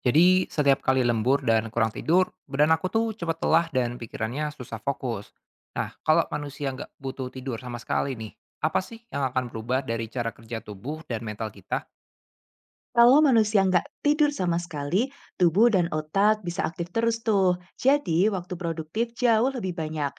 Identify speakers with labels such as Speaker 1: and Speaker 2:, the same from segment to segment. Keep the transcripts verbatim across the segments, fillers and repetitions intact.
Speaker 1: Jadi setiap kali lembur dan kurang tidur, badan aku tuh cepat lelah dan pikirannya susah fokus. Nah, kalau manusia nggak butuh tidur sama sekali nih, apa sih yang akan berubah dari cara kerja tubuh dan mental kita?
Speaker 2: Kalau manusia nggak tidur sama sekali, tubuh dan otak bisa aktif terus tuh. Jadi, waktu produktif jauh lebih banyak.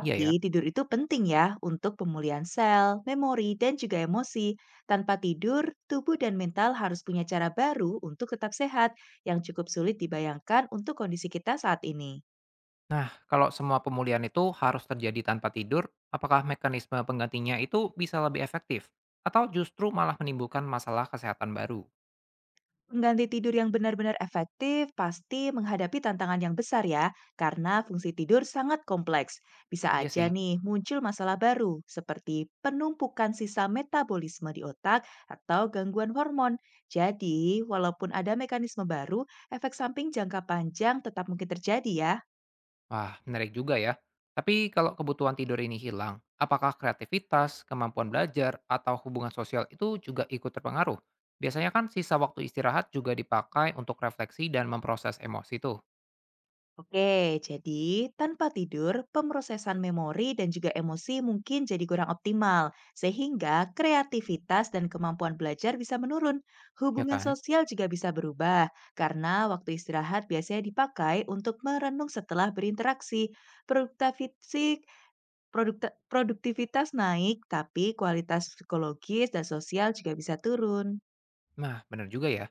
Speaker 1: Iya ya.
Speaker 2: tidur itu penting ya untuk pemulihan sel, memori, dan juga emosi. Tanpa tidur, tubuh dan mental harus punya cara baru untuk tetap sehat yang cukup sulit dibayangkan untuk kondisi kita saat ini.
Speaker 1: Nah, kalau semua pemulihan itu harus terjadi tanpa tidur, apakah mekanisme penggantinya itu bisa lebih efektif? Atau justru malah menimbulkan masalah kesehatan baru?
Speaker 2: Pengganti tidur yang benar-benar efektif pasti menghadapi tantangan yang besar ya, karena fungsi tidur sangat kompleks. Bisa
Speaker 1: Iya
Speaker 2: aja
Speaker 1: sih.
Speaker 2: nih muncul masalah baru, seperti penumpukan sisa metabolisme di otak atau gangguan hormon. Jadi, walaupun ada mekanisme baru, efek samping jangka panjang tetap mungkin terjadi ya.
Speaker 1: Wah, menarik juga ya. Tapi kalau kebutuhan tidur ini hilang, apakah kreativitas, kemampuan belajar, atau hubungan sosial itu juga ikut terpengaruh? Biasanya kan sisa waktu istirahat juga dipakai untuk refleksi dan memproses emosi tuh,
Speaker 2: Oke, jadi tanpa tidur, pemrosesan memori dan juga emosi mungkin jadi kurang optimal, sehingga kreativitas dan kemampuan belajar bisa menurun.
Speaker 1: ya
Speaker 2: Hubungan
Speaker 1: kan?
Speaker 2: sosial juga bisa berubah, karena waktu istirahat biasanya dipakai untuk merenung setelah berinteraksi. Produktivisi- produkta- produktivitas naik, tapi kualitas psikologis dan sosial juga bisa turun.
Speaker 1: Nah, benar juga ya.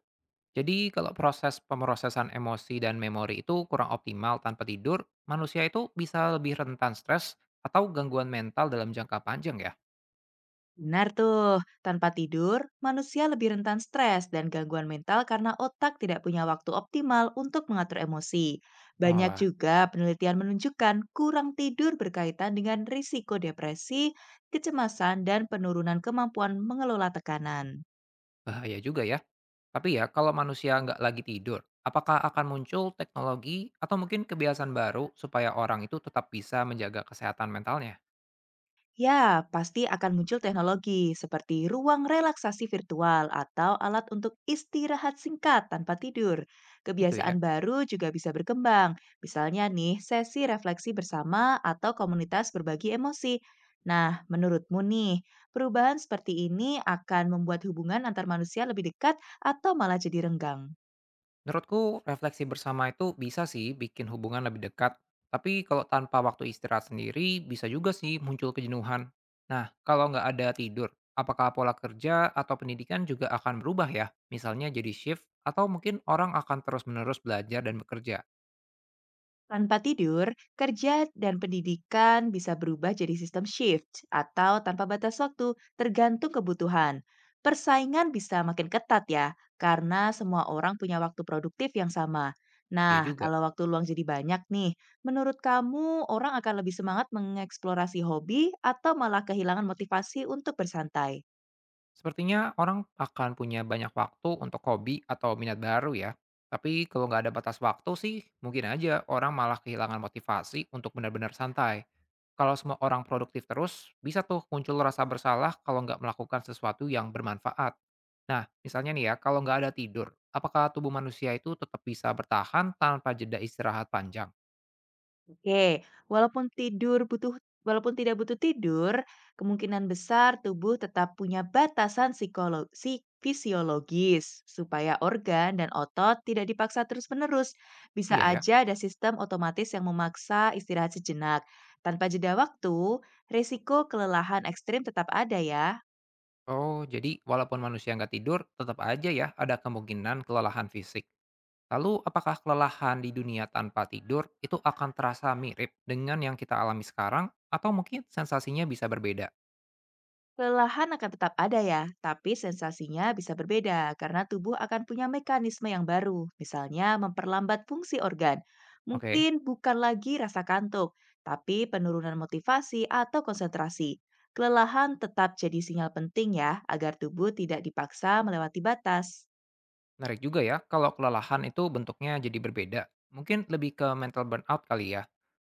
Speaker 1: Jadi kalau proses pemrosesan emosi dan memori itu kurang optimal tanpa tidur, manusia itu bisa lebih rentan stres atau gangguan mental dalam jangka panjang ya.
Speaker 2: Benar tuh, tanpa tidur, manusia lebih rentan stres dan gangguan mental karena otak tidak punya waktu optimal untuk mengatur emosi. Banyak
Speaker 1: Walah,
Speaker 2: juga penelitian menunjukkan kurang tidur berkaitan dengan risiko depresi, kecemasan, dan penurunan kemampuan mengelola tekanan.
Speaker 1: bahaya juga ya. Tapi ya, kalau manusia nggak lagi tidur, apakah akan muncul teknologi atau mungkin kebiasaan baru supaya orang itu tetap bisa menjaga kesehatan mentalnya?
Speaker 2: Ya, pasti akan muncul teknologi seperti ruang relaksasi virtual atau alat untuk istirahat singkat tanpa tidur.
Speaker 1: Gitu ya.
Speaker 2: Kebiasaan baru juga bisa berkembang, misalnya nih sesi refleksi bersama atau komunitas berbagi emosi. Nah, menurutmu nih, perubahan seperti ini akan membuat hubungan antar manusia lebih dekat atau malah jadi renggang?
Speaker 1: Menurutku, refleksi bersama itu bisa sih bikin hubungan lebih dekat. Tapi kalau tanpa waktu istirahat sendiri, bisa juga sih muncul kejenuhan. Nah, kalau nggak ada tidur, apakah pola kerja atau pendidikan juga akan berubah ya? Misalnya jadi shift, atau mungkin orang akan terus-menerus belajar dan bekerja?
Speaker 2: Tanpa tidur, kerja dan pendidikan bisa berubah jadi sistem shift atau tanpa batas waktu, tergantung kebutuhan. Persaingan bisa makin ketat ya, karena semua orang punya waktu produktif yang sama.
Speaker 1: Iya
Speaker 2: Nah,
Speaker 1: juga.
Speaker 2: kalau waktu luang jadi banyak nih, menurut kamu orang akan lebih semangat mengeksplorasi hobi atau malah kehilangan motivasi untuk bersantai?
Speaker 1: Sepertinya orang akan punya banyak waktu untuk hobi atau minat baru ya. Tapi kalau nggak ada batas waktu sih, mungkin aja orang malah kehilangan motivasi untuk benar-benar santai. Kalau semua orang produktif terus, bisa tuh muncul rasa bersalah kalau nggak melakukan sesuatu yang bermanfaat. Nah, misalnya nih ya, kalau nggak ada tidur, apakah tubuh manusia itu tetap bisa bertahan tanpa jeda istirahat panjang?
Speaker 2: Oke, walaupun tidur butuh walaupun tidak butuh tidur, kemungkinan besar tubuh tetap punya batasan psikolo- psi- fisiologis supaya organ dan otot tidak dipaksa terus-menerus. Bisa
Speaker 1: Iya ya.
Speaker 2: aja ada sistem otomatis yang memaksa istirahat sejenak. Tanpa jeda waktu, risiko kelelahan ekstrim tetap ada ya.
Speaker 1: Oh, jadi walaupun manusia nggak tidur, tetap aja ya ada kemungkinan kelelahan fisik. Lalu, apakah kelelahan di dunia tanpa tidur itu akan terasa mirip dengan yang kita alami sekarang, atau mungkin sensasinya bisa berbeda?
Speaker 2: Kelelahan akan tetap ada ya, tapi sensasinya bisa berbeda karena tubuh akan punya mekanisme yang baru, misalnya memperlambat fungsi organ.
Speaker 1: Oke,
Speaker 2: Mungkin bukan lagi rasa kantuk, tapi penurunan motivasi atau konsentrasi. Kelelahan tetap jadi sinyal penting ya, agar tubuh tidak dipaksa melewati batas.
Speaker 1: menarik juga ya. Kalau kelelahan itu bentuknya jadi berbeda, mungkin lebih ke mental burnout kali ya.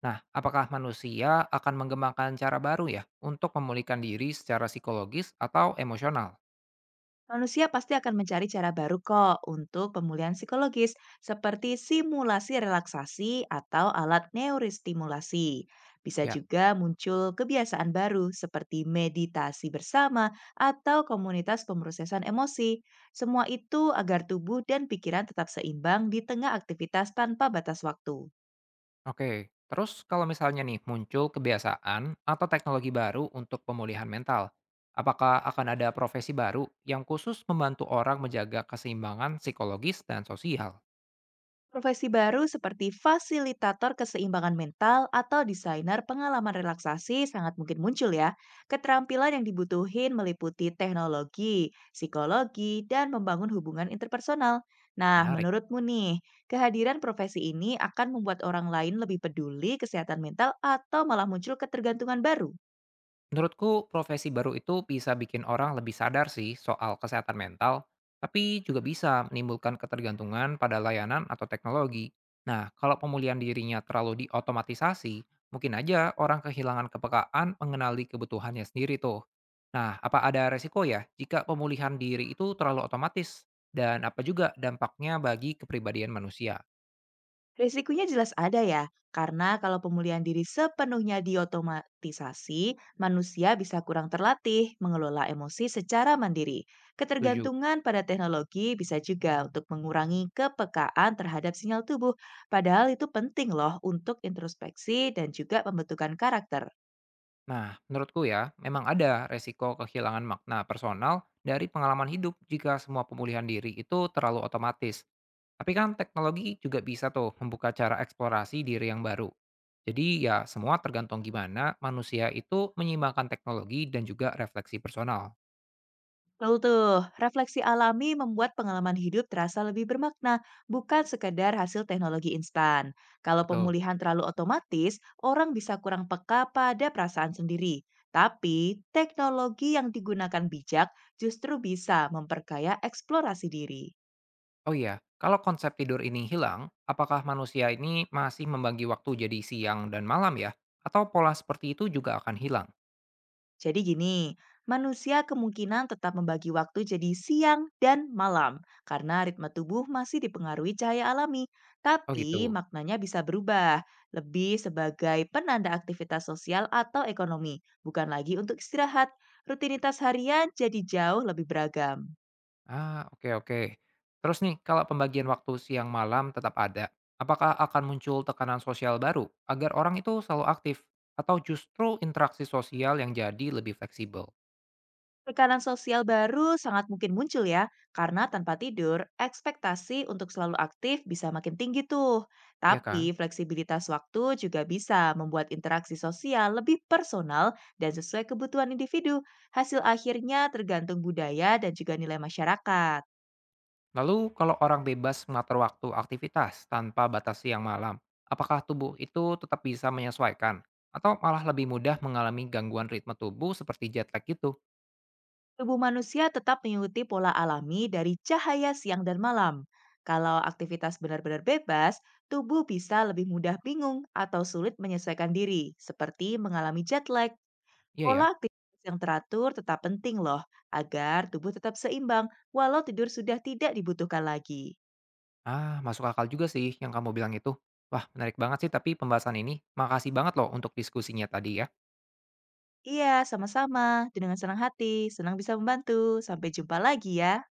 Speaker 1: Nah, apakah manusia akan mengembangkan cara baru ya untuk memulihkan diri secara psikologis atau emosional?
Speaker 2: Manusia pasti akan mencari cara baru kok untuk pemulihan psikologis, seperti simulasi relaksasi atau alat neurostimulasi. Bisa
Speaker 1: Ya.
Speaker 2: juga muncul kebiasaan baru seperti meditasi bersama atau komunitas pemrosesan emosi. Semua itu agar tubuh dan pikiran tetap seimbang di tengah aktivitas tanpa batas waktu.
Speaker 1: Oke, terus kalau misalnya nih muncul kebiasaan atau teknologi baru untuk pemulihan mental, apakah akan ada profesi baru yang khusus membantu orang menjaga keseimbangan psikologis dan sosial?
Speaker 2: Profesi baru seperti fasilitator keseimbangan mental atau desainer pengalaman relaksasi sangat mungkin muncul ya. Keterampilan yang dibutuhin meliputi teknologi, psikologi, dan membangun hubungan interpersonal. Nah,
Speaker 1: Menarik.
Speaker 2: menurutmu nih, kehadiran profesi ini akan membuat orang lain lebih peduli kesehatan mental atau malah muncul ketergantungan baru?
Speaker 1: Menurutku, profesi baru itu bisa bikin orang lebih sadar sih soal kesehatan mental, tapi juga bisa menimbulkan ketergantungan pada layanan atau teknologi. Nah, kalau pemulihan dirinya terlalu diotomatisasi, mungkin aja orang kehilangan kepekaan mengenali kebutuhannya sendiri tuh. Nah, apa ada resiko ya jika pemulihan diri itu terlalu otomatis? Dan apa juga dampaknya bagi kepribadian manusia?
Speaker 2: Risikonya jelas ada ya, karena kalau pemulihan diri sepenuhnya diotomatisasi, manusia bisa kurang terlatih mengelola emosi secara mandiri.
Speaker 1: Setuju.
Speaker 2: Ketergantungan pada teknologi bisa juga untuk mengurangi kepekaan terhadap sinyal tubuh, padahal itu penting loh untuk introspeksi dan juga pembentukan karakter.
Speaker 1: Nah, menurutku ya, memang ada resiko kehilangan makna personal dari pengalaman hidup jika semua pemulihan diri itu terlalu otomatis. Tapi kan teknologi juga bisa tuh membuka cara eksplorasi diri yang baru. Jadi ya semua tergantung gimana manusia itu menyeimbangkan teknologi dan juga refleksi personal.
Speaker 2: Betul tuh, refleksi alami membuat pengalaman hidup terasa lebih bermakna, bukan sekedar hasil teknologi instan. Kalau
Speaker 1: Betul.
Speaker 2: pemulihan terlalu otomatis, orang bisa kurang peka pada perasaan sendiri. Tapi, teknologi yang digunakan bijak justru bisa memperkaya eksplorasi diri.
Speaker 1: Oh iya, kalau konsep tidur ini hilang, apakah manusia ini masih membagi waktu jadi siang dan malam ya? Atau pola seperti itu juga akan hilang?
Speaker 2: Jadi gini, manusia kemungkinan tetap membagi waktu jadi siang dan malam karena ritme tubuh masih dipengaruhi cahaya alami,
Speaker 1: Oh
Speaker 2: tapi
Speaker 1: gitu.
Speaker 2: maknanya bisa berubah, lebih sebagai penanda aktivitas sosial atau ekonomi, bukan lagi untuk istirahat. Rutinitas harian jadi jauh lebih beragam.
Speaker 1: Ah, oke oke. Terus nih, kalau pembagian waktu siang malam tetap ada, apakah akan muncul tekanan sosial baru agar orang itu selalu aktif? Atau justru interaksi sosial yang jadi lebih fleksibel?
Speaker 2: Tekanan sosial baru sangat mungkin muncul ya, karena tanpa tidur, ekspektasi untuk selalu aktif bisa makin tinggi tuh.
Speaker 1: Iya
Speaker 2: Tapi
Speaker 1: kan?
Speaker 2: fleksibilitas waktu juga bisa membuat interaksi sosial lebih personal dan sesuai kebutuhan individu. Hasil akhirnya tergantung budaya dan juga nilai masyarakat.
Speaker 1: Lalu kalau orang bebas mengatur waktu aktivitas tanpa batas siang malam, apakah tubuh itu tetap bisa menyesuaikan? Atau malah lebih mudah mengalami gangguan ritme tubuh seperti jet lag gitu?
Speaker 2: Tubuh manusia tetap mengikuti pola alami dari cahaya siang dan malam. Kalau aktivitas benar-benar bebas, tubuh bisa lebih mudah bingung atau sulit menyesuaikan diri, seperti mengalami jet lag.
Speaker 1: Iya
Speaker 2: Pola
Speaker 1: ya?
Speaker 2: aktivitas yang teratur tetap penting loh, agar tubuh tetap seimbang walau tidur sudah tidak dibutuhkan lagi.
Speaker 1: Ah, masuk akal juga sih yang kamu bilang itu. Wah, menarik banget sih tapi pembahasan ini. Makasih banget loh untuk diskusinya tadi ya.
Speaker 2: Iya, sama-sama. Dengan senang hati, senang bisa membantu. Sampai jumpa lagi ya.